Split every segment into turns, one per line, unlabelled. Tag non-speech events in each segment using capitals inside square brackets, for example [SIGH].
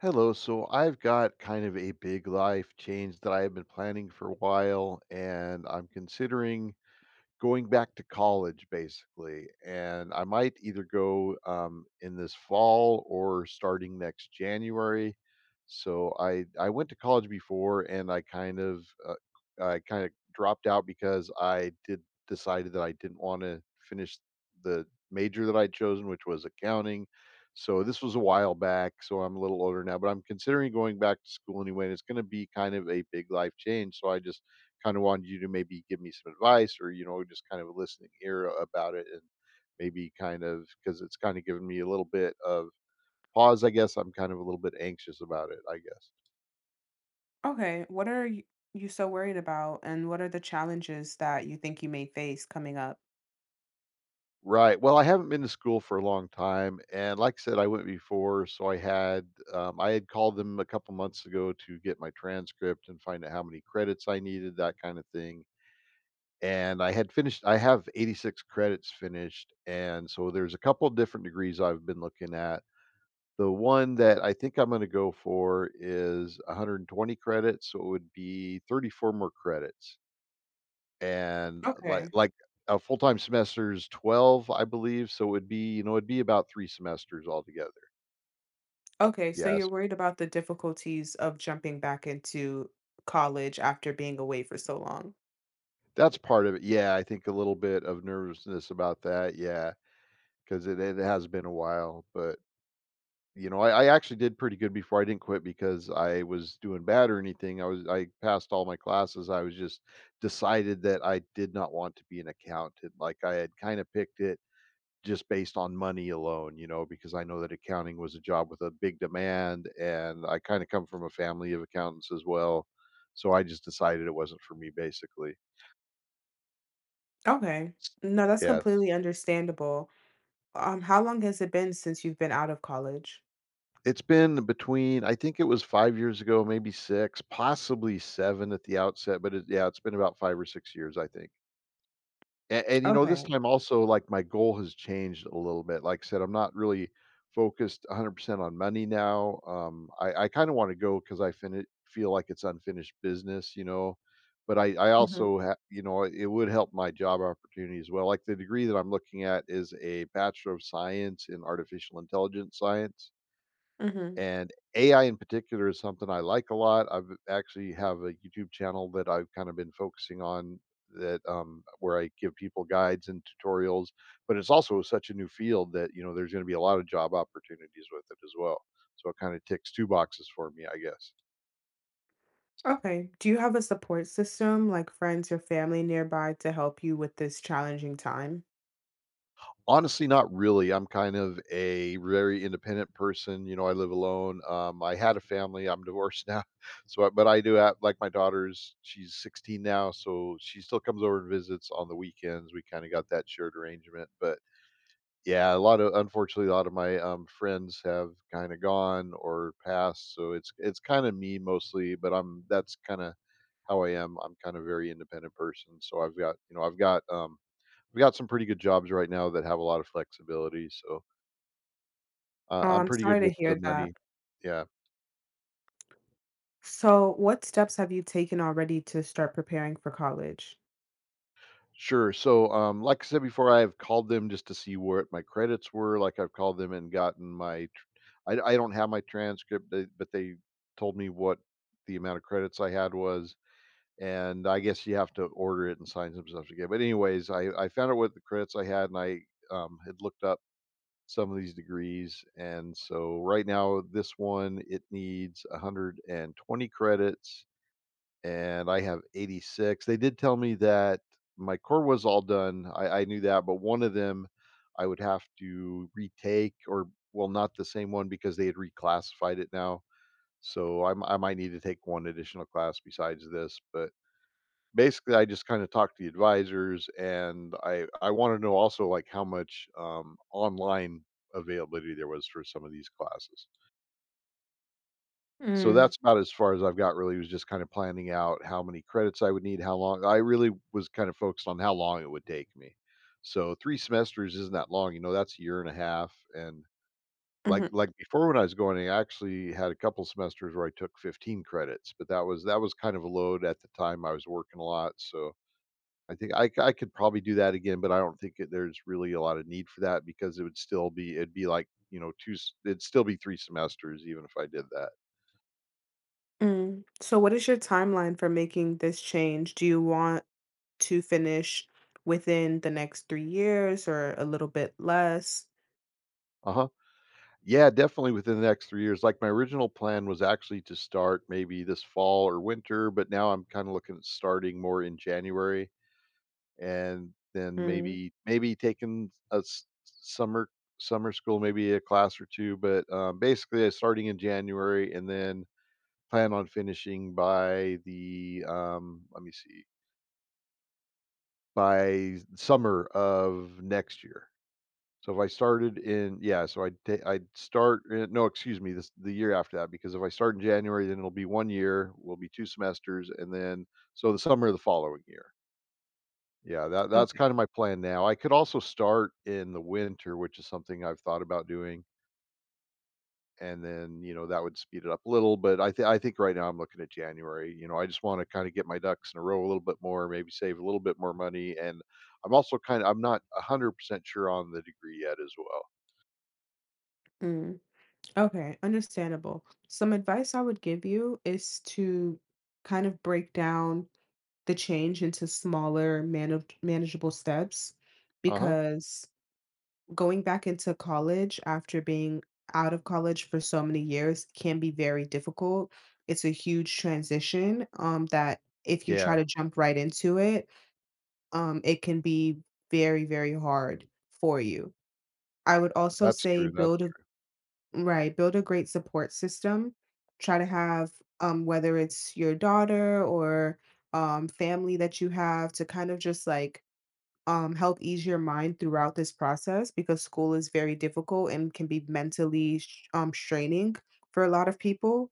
Hello. So I've got kind of a big life change that I have been planning for a while, and I'm considering going back to college basically. And I might either go in this fall or starting next January. So I went to college before, and I kind of dropped out because I did decided that I didn't want to finish the major that I'd chosen, which was accounting. So this was a while back, so I'm a little older now, but I'm considering going back to school anyway, and it's going to be kind of a big life change. So I just kind of wanted you to maybe give me some advice or just kind of a listening ear about it. And maybe kind of because it's kind of given me a little bit of pause, I guess. I'm kind of a little bit anxious about it, I guess.
Okay, what are you so worried about, and what are the challenges that you think you may face coming up?
Right. Well, I haven't been to school for a long time, and like I said, I went before, so I had called them a couple months ago to get my transcript and find out how many credits I needed, that kind of thing. And I had finished. I have 86 credits finished, and so there's a couple different degrees I've been looking at. The one that I think I'm gonna go for is 120 credits, so it would be 34 more credits. And like
Okay.
like a full-time semester is 12, I believe, so it would be, you know, it'd be about 3 semesters altogether.
Okay, so you're
Yes,
worried about the difficulties of jumping back into college after being away for so long.
that's part of it. Yeah, I think a little bit of nervousness about that. Yeah, because it has been a while. But you know, I actually did pretty good before. I didn't quit because I was doing bad or anything. I passed all my classes. I was just decided that I did not want to be an accountant. Like, I had kind of picked it just based on money alone, you know, because I know that accounting was a job with a big demand, and I kind of come from a family of accountants as well. So I just decided it wasn't for me basically.
Okay. No, that's
Yes.
completely understandable. How long has it been since you've been out of college?
It's been between I think it was 5 years ago, maybe 6, possibly 7 at the outset. But it yeah, it's been about 5 or 6 years, I think. And, you know, this
Okay.
time also, like, my goal has changed a little bit. Like I said, I'm not really focused 100% on money now. I kinda wanna go because I fini feel like it's unfinished business, you know? But I
Hmm.
also ha you know, it would help my job opportunity as well. Like, the degree that I'm looking at is a Bachelor of Science in Artificial Intelligence Science.
Hmm.
And AI in particular is something I like a lot. I've actually have a YouTube channel that I've kind of been focusing on that where I give people guides and tutorials. But it's also such a new field that there's going to be a lot of job opportunities with it as well. So it kind of ticks two boxes for me, I guess.
Okay. Do you have a support system, like friends or family nearby, to help you with this challenging time?
Honestly, not really. I'm kind of a very independent person. You know, I live alone. I had a family. I'm divorced now, [LAUGHS] so but I do have like my daughter's. She's 16 now, so she still comes over and visits on the weekends. We kind of got that shared arrangement. But yeah, a lot of unfortunately, a lot of my friends have kind of gone or passed, so it's kind of me mostly. But I'm that's kind of how I am. I'm kind of very independent person, so I've got you know I've got we got some pretty good jobs right now that have a lot of flexibility. So,
Oh,
I'm
I'm
pretty
sorry
good
to
with the
hear that.
money. Yeah.
So, what steps have you taken already to start preparing for college?
Sure. So, like I said before, I've called them just to see what my credits were. Like, I've called them and gotten my tr I don't have my transcript. They But they told me what the amount of credits I had was, and I guess you have to order it and sign some stuff to get. But anyways, I found out what the credits I had. And I had looked up some of these degrees. And so right now, this one, it needs 120 credits, and I have 86. They did tell me that my core was all done. I knew that, but one of them I would have to retake. Or well, not the same one because they had reclassified it now. So I might need to take one additional class besides this. But basically I just kind of talked to the advisors, and I want to know also like how much online availability there was for some of these classes. So
Mm,
that's about as far as I've got, really. Was just kind of planning out how many credits I would need, how long. I really was kind of focused on how long it would take me. So 3 semesters isn't that long, you know, that's a year and a half. And
mhm,
like before when I was going, I actually had a couple semesters where I took 15 credits. But that was kind of a load at the time. I was working a lot. So I think I could probably do that again. But I don't think it there's really a lot of need for that, because 2 s it'd still be 3 semesters even if I did that.
mm. So, what is your timeline for making this change? Do you want to finish within the next 3 years or a little bit less?
Uh-huh. Yeah, definitely within the next 3 years. Like, my original plan was actually to start maybe this fall or winter, but now I'm kinda looking at starting more in January, and then
Mm.
maybe taking a s summer summer school, maybe a class or 2. But, basically, starting in January and then plan on finishing, let me see, by summer of next year. So if I started in, yeah, so I'd start. No, excuse me, this the year after that. Because if I start in January, then it'll be 1 year, will be 2 semesters, and then so the summer of the following year. Yeah, that's
Okay.
kind of my plan now. I could also start in the winter, which is something I've thought about doing, and then, you know, that would speed it up a little. But I think right now I'm looking at January. You know, I just want to kind of get my ducks in a row a little bit more, maybe save a little bit more money. And I'm also kind of I'm not 100% sure on the degree yet as well.
Mm. Okay, understandable. Some advice I would give you is to kind of break down the change into smaller, manageable steps,
Uh-huh.
because going back into college after being out of college for so many years can be very difficult. It's a huge transition, that if you try
Yeah,
to jump right into it, it can be very, very hard for you. I would also
that's
say
true. That's
build a right, build a great support system. Try to have, whether it's your daughter or family, that you have to kind of just like help ease your mind throughout this process, because school is very difficult and can be mentally straining for a lot of people.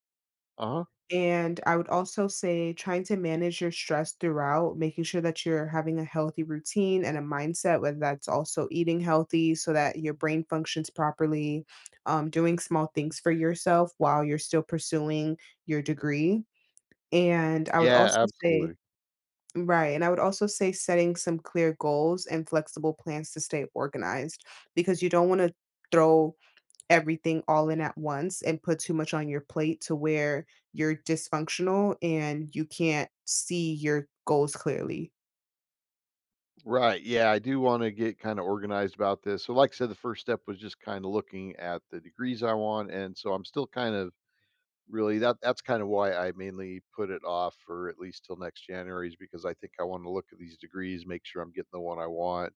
Uh-huh.
And I would also say trying to manage your stress throughout, making sure that you're having a healthy routine and a mindset, whether that's also eating healthy so that your brain functions properly, doing small things for yourself while you're still pursuing your degree. And I would
Yeah,
also say,
absolutely.
right. And I would also say setting some clear goals and flexible plans to stay organized, because you don't want to throw everything all in at once and put too much on your plate to where you're dysfunctional and you can't see your goals clearly.
Right. Yeah, I do want to get kind of organized about this. So like I said, the first step was just kind of looking at the degrees I want. And so I'm still kind of really, that's kind of why I mainly put it off for at least till next January, is because I think I want to look at these degrees, make sure I'm getting the one I want.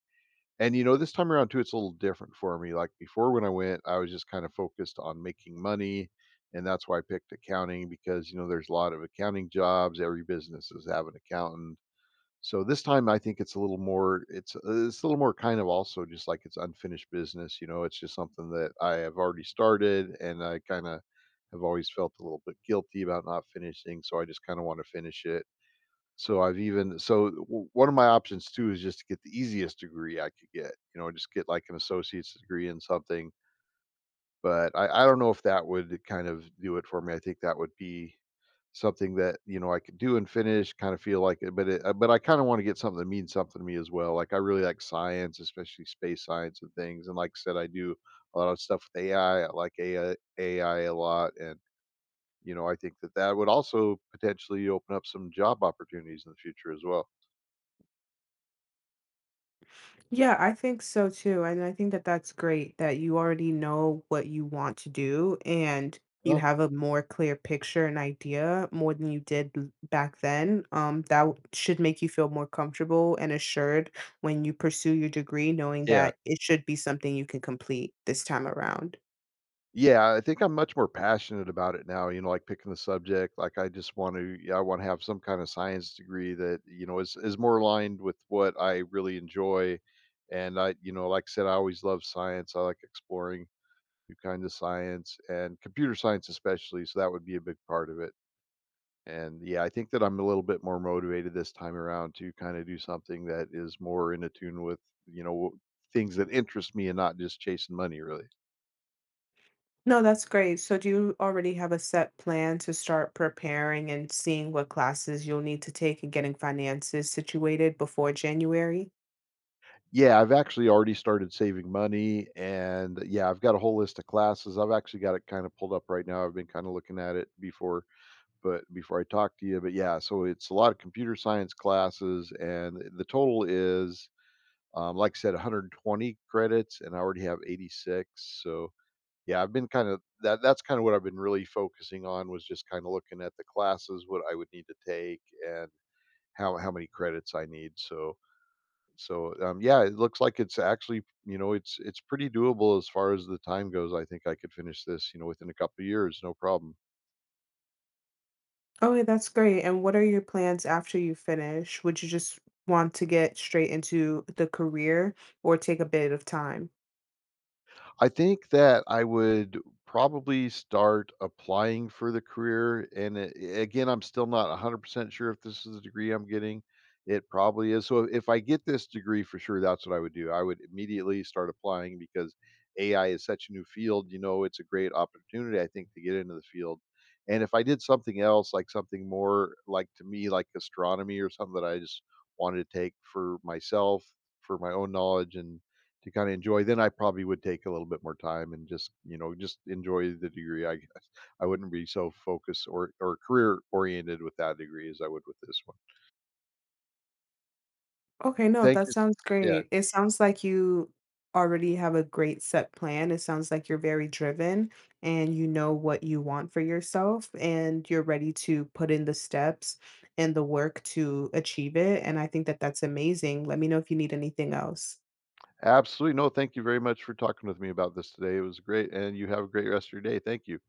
And you know, this time around too, it's a little different for me. Like, before when I went, I was just kind of focused on making money. And that's why I picked accounting because, you know, there's a lot of accounting jobs. Every business is have an accountant. So this time I think it's a little more kind of also just like it's unfinished business. You know, it's just something that I have already started, and I kind of have always felt a little bit guilty about not finishing. So I just kind of want to finish it. So I've even so w- one of my options too is just to get the easiest degree I could get, you know, just get like an associate's degree in something. But I don't know if that would kind of do it for me. I think that would be something that, you know, I could do and finish, kind of feel like it. But I kinda wanna get something that means something to me as well. Like, I really like science, especially space science and things. And like I said, I do a lot of stuff with AI. I like AI a lot. And, you know, I think that that would also potentially open up some job opportunities in the future as well.
Yeah, I think so too. And I think that that's great that you already know what you want to do and you
Well,
have a more clear picture and idea more than you did back then. Should make you feel more comfortable and assured when you pursue your degree, knowing
yeah.
that it should be something you can complete this time around.
Yeah, I think I'm much more passionate about it now, you know, like picking the subject. Like, I want to have some kind of science degree that, you know, is more aligned with what I really enjoy. And you know, like I said, I always love science. I like exploring new kinds of science, and computer science especially, so that would be a big part of it. And yeah, I think that I'm a little bit more motivated this time around to kind of do something that is more in attune with, you know, things that interest me, and not just chasing money really.
No, that's great. So do you already have a set plan to start preparing and seeing what classes you'll need to take and getting finances situated before January?
Yeah, I've actually already started saving money. And yeah, I've got a whole list of classes. I've actually got it kind of pulled up right now. I've been kind of looking at it before, but before I talk to you. But yeah, so it's a lot of computer science classes, and the total is, like I said, 120 credits, and I already have 86. So yeah, I've been kind of that. That's kind of what I've been really focusing on, was just kind of looking at the classes, what I would need to take, and how many credits I need. So, yeah, it looks like it's actually, you know, it's pretty doable as far as the time goes. I think I could finish this, you know, within a couple of years, no problem.
Okay, that's great. And what are your plans after you finish? Would you just want to get straight into the career or take a bit of time?
I think that I would probably start applying for the career. Again, I'm still not 100% sure if this is the degree I'm getting. It probably is. So if I get this degree for sure, that's what I would do. I would immediately start applying because AI is such a new field. You know, it's a great opportunity, I think, to get into the field. And if I did something else, like something more like to me, like astronomy or something that I just wanted to take for myself, for my own knowledge and to kinda enjoy, then I probably would take a little bit more time and just, you know, just enjoy the degree, I guess. I wouldn't be so focused or career oriented with that degree as I would with this one.
Okay, no,
Thank
that
you s
sounds
Yeah,
great. It sounds like you already have a great set plan. It sounds like you're very driven and you know what you want for yourself and you're ready to put in the steps and the work to achieve it. And I think that that's amazing. Let me know if you need anything else.
absolutely. No, thank you very much for talking with me about this today. It was great, and you have a great rest of your day. Thank you.